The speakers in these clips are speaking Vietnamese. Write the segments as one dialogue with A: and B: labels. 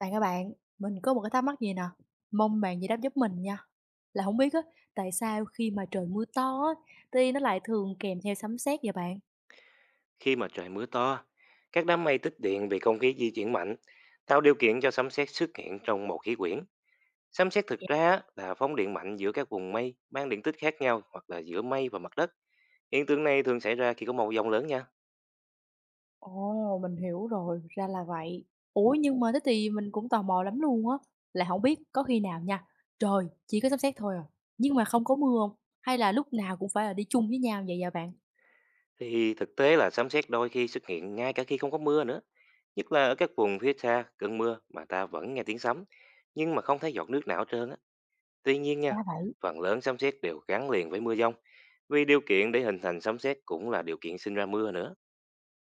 A: Bạn các bạn, mình có một cái thắc mắc gì nè, mong bạn giải đáp giúp mình nha. Là không biết á, tại sao khi mà trời mưa to á, thì nó lại thường kèm theo sấm sét vậy bạn?
B: Khi mà trời mưa to, các đám mây tích điện vì không khí di chuyển mạnh, tạo điều kiện cho sấm sét xuất hiện trong một khí quyển. Sấm sét
A: Dạ.
B: thực ra á, là phóng điện mạnh giữa các vùng mây mang điện tích khác nhau hoặc là giữa mây và mặt đất. Hiện tượng này thường xảy ra khi có màu dòng lớn nha.
A: Ồ, mình hiểu rồi, ra là vậy. Ủa nhưng mà thế thì mình cũng tò mò lắm luôn á, là không biết có khi nào nha, trời chỉ có sấm sét thôi à, nhưng mà không có mưa không? Hay là lúc nào cũng phải là đi chung với nhau vậy vậy bạn?
B: Thì thực tế là sấm sét đôi khi xuất hiện ngay cả khi không có mưa nữa. Nhất là ở các vùng phía xa, cơn mưa mà ta vẫn nghe tiếng sấm, nhưng mà không thấy giọt nước nào hết trơn á. Tuy nhiên nha,
A: Ra vậy.
B: phần lớn sấm sét đều gắn liền với mưa dông, vì điều kiện để hình thành sấm sét cũng là điều kiện sinh ra mưa nữa.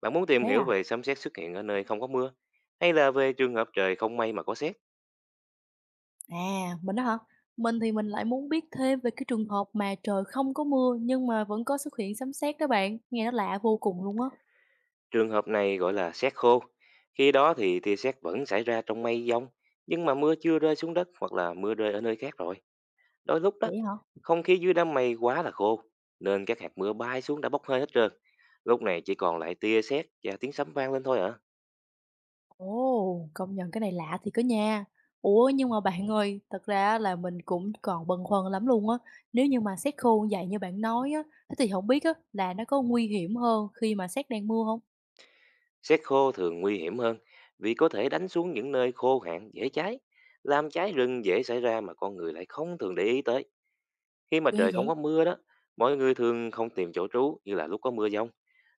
B: Bạn muốn tìm
A: Thế
B: hiểu
A: à?
B: về sấm sét xuất hiện ở nơi không có mưa, hay là về trường hợp trời không may mà có sét?
A: À, mình đó hả? Mình thì mình lại muốn biết thêm về cái trường hợp mà trời không có mưa nhưng mà vẫn có xuất hiện sấm sét đó bạn, nghe nó lạ vô cùng luôn á.
B: Trường hợp này gọi là sét khô. Khi đó thì tia sét vẫn xảy ra trong mây dông, nhưng mà mưa chưa rơi xuống đất hoặc là mưa rơi ở nơi khác rồi. Đôi lúc đó,
A: Vậy hả?
B: không khí dưới đám mây quá là khô, nên các hạt mưa bay xuống đã bốc hơi hết trơn. Lúc này chỉ còn lại tia sét và tiếng sấm vang lên thôi ạ.
A: Ồ, công nhận cái này lạ thì có nha. Ủa nhưng mà bạn ơi, thật ra là mình cũng còn băn khoăn lắm luôn á. Nếu như mà sét khô vậy như bạn nói á, thế thì không biết á là nó có nguy hiểm hơn khi mà sét đang mưa không?
B: Xét khô thường nguy hiểm hơn, vì có thể đánh xuống những nơi khô hạn dễ cháy, làm cháy rừng dễ xảy ra mà con người lại không thường để ý tới. Khi mà
A: Ghê
B: trời không
A: vậy?
B: có mưa đó, mọi người thường không tìm chỗ trú như là lúc có mưa giông,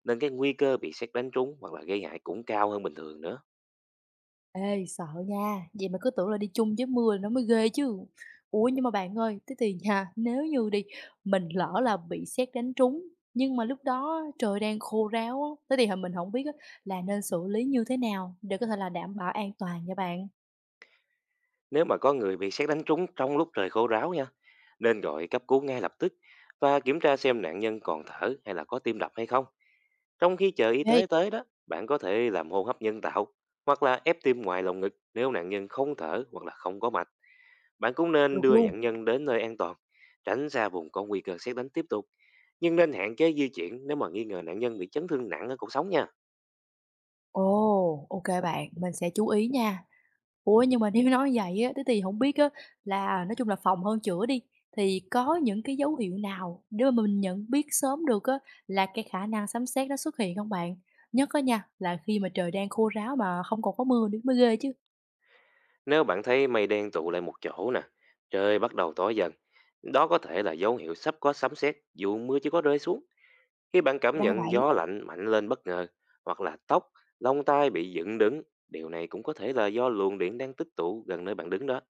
B: nên cái nguy cơ bị sét đánh trúng hoặc là gây hại cũng cao hơn bình thường nữa.
A: Ê, sợ nha, vậy mà cứ tưởng là đi chung với mưa nó mới ghê chứ. Ủa nhưng mà bạn ơi, thế thì nha, nếu như mình lỡ là bị sét đánh trúng, nhưng mà lúc đó trời đang khô ráo á, thế thì mình không biết á là nên xử lý như thế nào để có thể là đảm bảo an toàn nha bạn?
B: Nếu mà có người bị sét đánh trúng trong lúc trời khô ráo nha, nên gọi cấp cứu ngay lập tức và kiểm tra xem nạn nhân còn thở hay là có tim đập hay không. Trong khi chờ y
A: Ê,
B: tế tới đó, bạn có thể làm hô hấp nhân tạo hoặc là ép tim ngoài lồng ngực nếu nạn nhân không thở hoặc là không có mạch. Bạn cũng nên
A: được
B: đưa
A: luôn.
B: nạn nhân đến nơi an toàn, tránh xa vùng có nguy cơ sét đánh tiếp tục. Nhưng nên hạn chế di chuyển nếu mà nghi ngờ nạn nhân bị chấn thương nặng ở cuộc sống nha.
A: Ồ, ok bạn, mình sẽ chú ý nha. Ủa, nhưng mà nếu nói vậy á, thế thì không biết á là nói chung là phòng hơn chữa đi, thì có những cái dấu hiệu nào để mà mình nhận biết sớm được á là cái khả năng sấm sét nó xuất hiện không bạn? Nhất á nha, là khi mà trời đang khô ráo mà không còn có mưa nữa mới ghê chứ.
B: Nếu bạn thấy mây đen tụ lại một chỗ nè, trời bắt đầu tối dần, đó có thể là dấu hiệu sắp có sấm sét dù mưa chưa có rơi xuống. Khi bạn cảm
A: Ra
B: nhận
A: vậy,
B: gió lạnh mạnh lên bất ngờ, hoặc là tóc, lông tai bị dựng đứng, điều này cũng có thể là do luồng điện đang tích tụ gần nơi bạn đứng đó.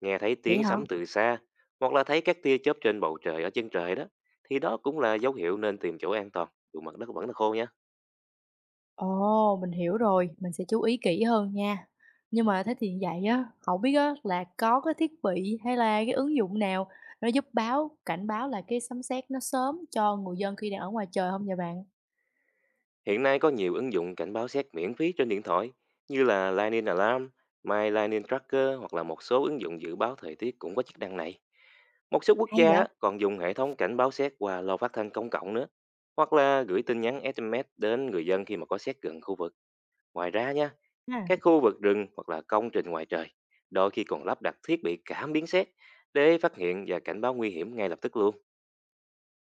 B: Nghe thấy
A: vậy
B: tiếng
A: hả?
B: sấm từ xa, hoặc là thấy các tia chớp trên bầu trời ở chân trời đó, thì đó cũng là dấu hiệu nên tìm chỗ an toàn, dù mặt đất vẫn là khô nhé.
A: Ồ, mình hiểu rồi, mình sẽ chú ý kỹ hơn nha. Nhưng mà thế thì vậy á, không biết á là có cái thiết bị hay là cái ứng dụng nào nó giúp báo cảnh báo là cái sấm sét nó sớm cho người dân khi đang ở ngoài trời không vậy bạn?
B: Hiện nay có nhiều ứng dụng cảnh báo xét miễn phí trên điện thoại, như là Lightning Alarm, My Lightning Tracker, hoặc là một số ứng dụng dự báo thời tiết cũng có chức năng này. Một số quốc
A: Hay vậy?
B: gia còn dùng hệ thống cảnh báo xét qua loa phát thanh công cộng nữa, hoặc là gửi tin nhắn SMS đến người dân khi mà có xét gần khu vực. Ngoài ra nha,
A: À.
B: các khu vực rừng hoặc là công trình ngoài trời đôi khi còn lắp đặt thiết bị cảm biến xét để phát hiện và cảnh báo nguy hiểm ngay lập tức luôn.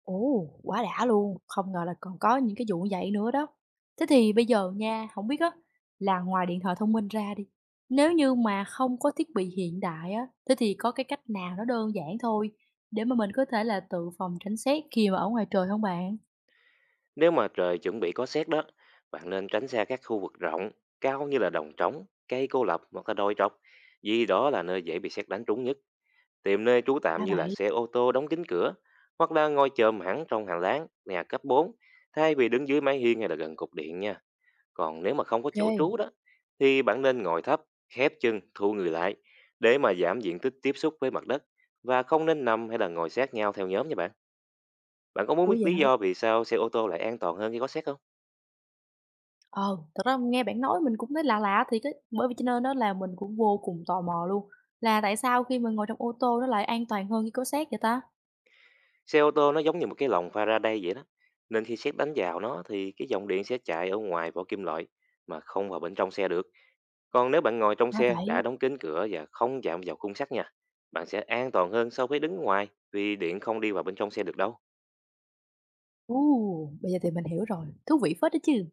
A: Ồ, quá đã luôn, không ngờ là còn có những cái vụ như vậy nữa đó. Thế thì bây giờ nha, không biết á là ngoài điện thoại thông minh ra đi, nếu như mà không có thiết bị hiện đại á, thế thì có cái cách nào nó đơn giản thôi để mà mình có thể là tự phòng tránh xét khi mà ở ngoài trời không bạn?
B: Nếu mà trời chuẩn bị có sét đó, bạn nên tránh xa các khu vực rộng, cao như là đồng trống, cây cô lập hoặc là đồi trọc, vì đó là nơi dễ bị sét đánh trúng nhất. Tìm nơi trú tạm
A: Ra
B: như là
A: vậy,
B: xe ô tô đóng kín cửa, hoặc là ngồi chồm hẳn trong hành lang, nhà cấp bốn, thay vì đứng dưới mái hiên hay là gần cục điện nha. Còn nếu mà không
A: ok
B: có
A: kê.
B: chỗ trú đó, thì bạn nên ngồi thấp, khép chân, thu người lại, để mà giảm diện tích tiếp xúc với mặt đất, và không nên nằm hay là ngồi sát nhau theo nhóm nha bạn. Bạn có muốn
A: Ủa,
B: biết
A: vậy
B: lý
A: hả?
B: do vì sao xe ô tô lại an toàn hơn khi có sét không?
A: Ờ, thật ra nghe bạn nói mình cũng thấy lạ lạ thì cái bởi vì cho nên á là mình cũng vô cùng tò mò luôn, là tại sao khi mà ngồi trong ô tô nó lại an toàn hơn khi có sét vậy ta?
B: Xe ô tô nó giống như một cái lồng Faraday vậy đó. Nên khi sét đánh vào nó thì cái dòng điện sẽ chạy ở ngoài vỏ kim loại mà không vào bên trong xe được. Còn nếu bạn ngồi trong
A: Ra
B: xe
A: vậy.
B: đã đóng kín cửa và không chạm vào khung sắt nha, bạn sẽ an toàn hơn so với đứng ngoài, vì điện không đi vào bên trong xe được đâu.
A: Ồ! Bây giờ thì mình hiểu rồi, thú vị phết đó chứ.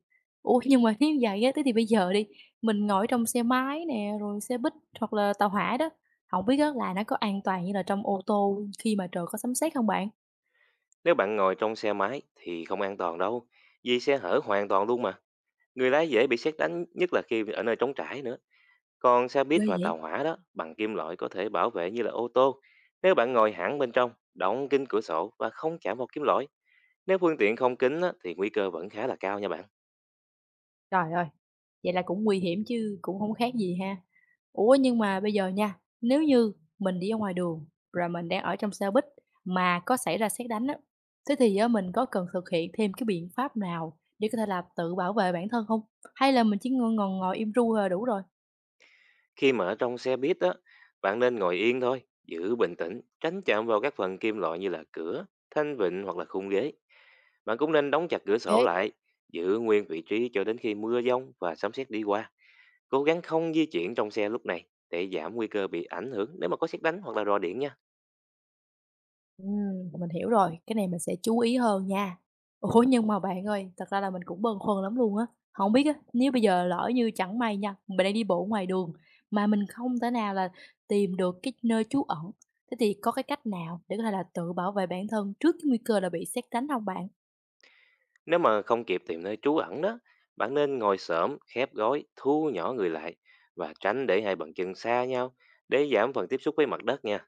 A: Ủa, nhưng mà nếu như vậy á, thế thì bây giờ đi, mình ngồi trong xe máy nè, rồi xe buýt hoặc là tàu hỏa đó, không biết á là nó có an toàn như là trong ô tô khi mà trời có sấm sét không bạn?
B: Nếu bạn ngồi trong xe máy thì không an toàn đâu, vì xe hở hoàn toàn luôn mà. Người lái dễ bị sét đánh nhất là khi ở nơi trống trải nữa. Còn xe buýt
A: Ghê
B: và
A: vậy!
B: tàu hỏa đó bằng kim loại, có thể bảo vệ như là ô tô, nếu bạn ngồi hẳn bên trong, đóng kín cửa sổ và không chạm vào kim loại. Nếu phương tiện không kín á, thì nguy cơ vẫn khá là cao nha bạn.
A: Trời ơi! Vậy là cũng nguy hiểm chứ cũng không khác gì ha. Ủa, nhưng mà bây giờ nha, nếu như mình đi ở ngoài đường, rồi mình đang ở trong xe buýt mà có xảy ra sét đánh á, thế thì á mình có cần thực hiện thêm cái biện pháp nào để có thể là tự bảo vệ bản thân không? Hay là mình chỉ ngồi ngồi ngồi im ru là đủ rồi?
B: Khi mà ở trong xe buýt á, bạn nên ngồi yên thôi, giữ bình tĩnh, tránh chạm vào các phần kim loại như là cửa, thanh vịnh hoặc là khung ghế. Bạn cũng nên đóng chặt cửa sổ
A: Ghê.
B: lại, giữ nguyên vị trí cho đến khi mưa giông và sấm sét đi qua. Cố gắng không di chuyển trong xe lúc này để giảm nguy cơ bị ảnh hưởng nếu mà có sét đánh hoặc là rò điện nha.
A: Ừm, mình hiểu rồi, cái này mình sẽ chú ý hơn nha. Ủa, nhưng mà bạn ơi, thật ra là mình cũng băn khoăn lắm luôn á. Không biết á, nếu bây giờ lỡ như chẳng may nha, mình đang đi bộ ngoài đường mà mình không thể nào là tìm được cái nơi trú ẩn, thế thì có cái cách nào để có thể là tự bảo vệ bản thân trước cái nguy cơ là bị sét đánh không bạn?
B: Nếu mà không kịp tìm nơi trú ẩn đó, bạn nên ngồi xổm, khép gối, thu nhỏ người lại và tránh để hai bàn chân xa nhau, để giảm phần tiếp xúc với mặt đất nha.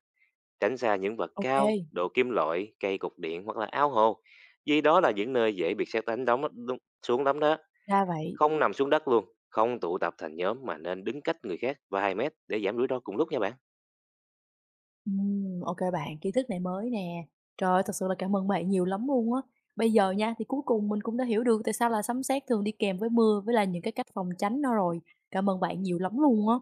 B: Tránh xa những vật cao,
A: Ok.
B: đồ kim loại, cây cục điện hoặc là ao hồ. Vì đó là những nơi dễ bị sét xuống lắm đó.
A: Ra vậy.
B: Không nằm xuống đất luôn, không tụ tập thành nhóm mà nên đứng cách người khác vài mét để giảm rủi ro cùng lúc nha bạn.
A: Ô bạn, kiến thức này mới nè. Trời ơi, thật sự là cảm ơn bạn nhiều lắm luôn á. Bây giờ nha, thì cuối cùng mình cũng đã hiểu được tại sao là sấm sét thường đi kèm với mưa với là những cái cách phòng tránh nó rồi. Cảm ơn bạn nhiều lắm luôn á.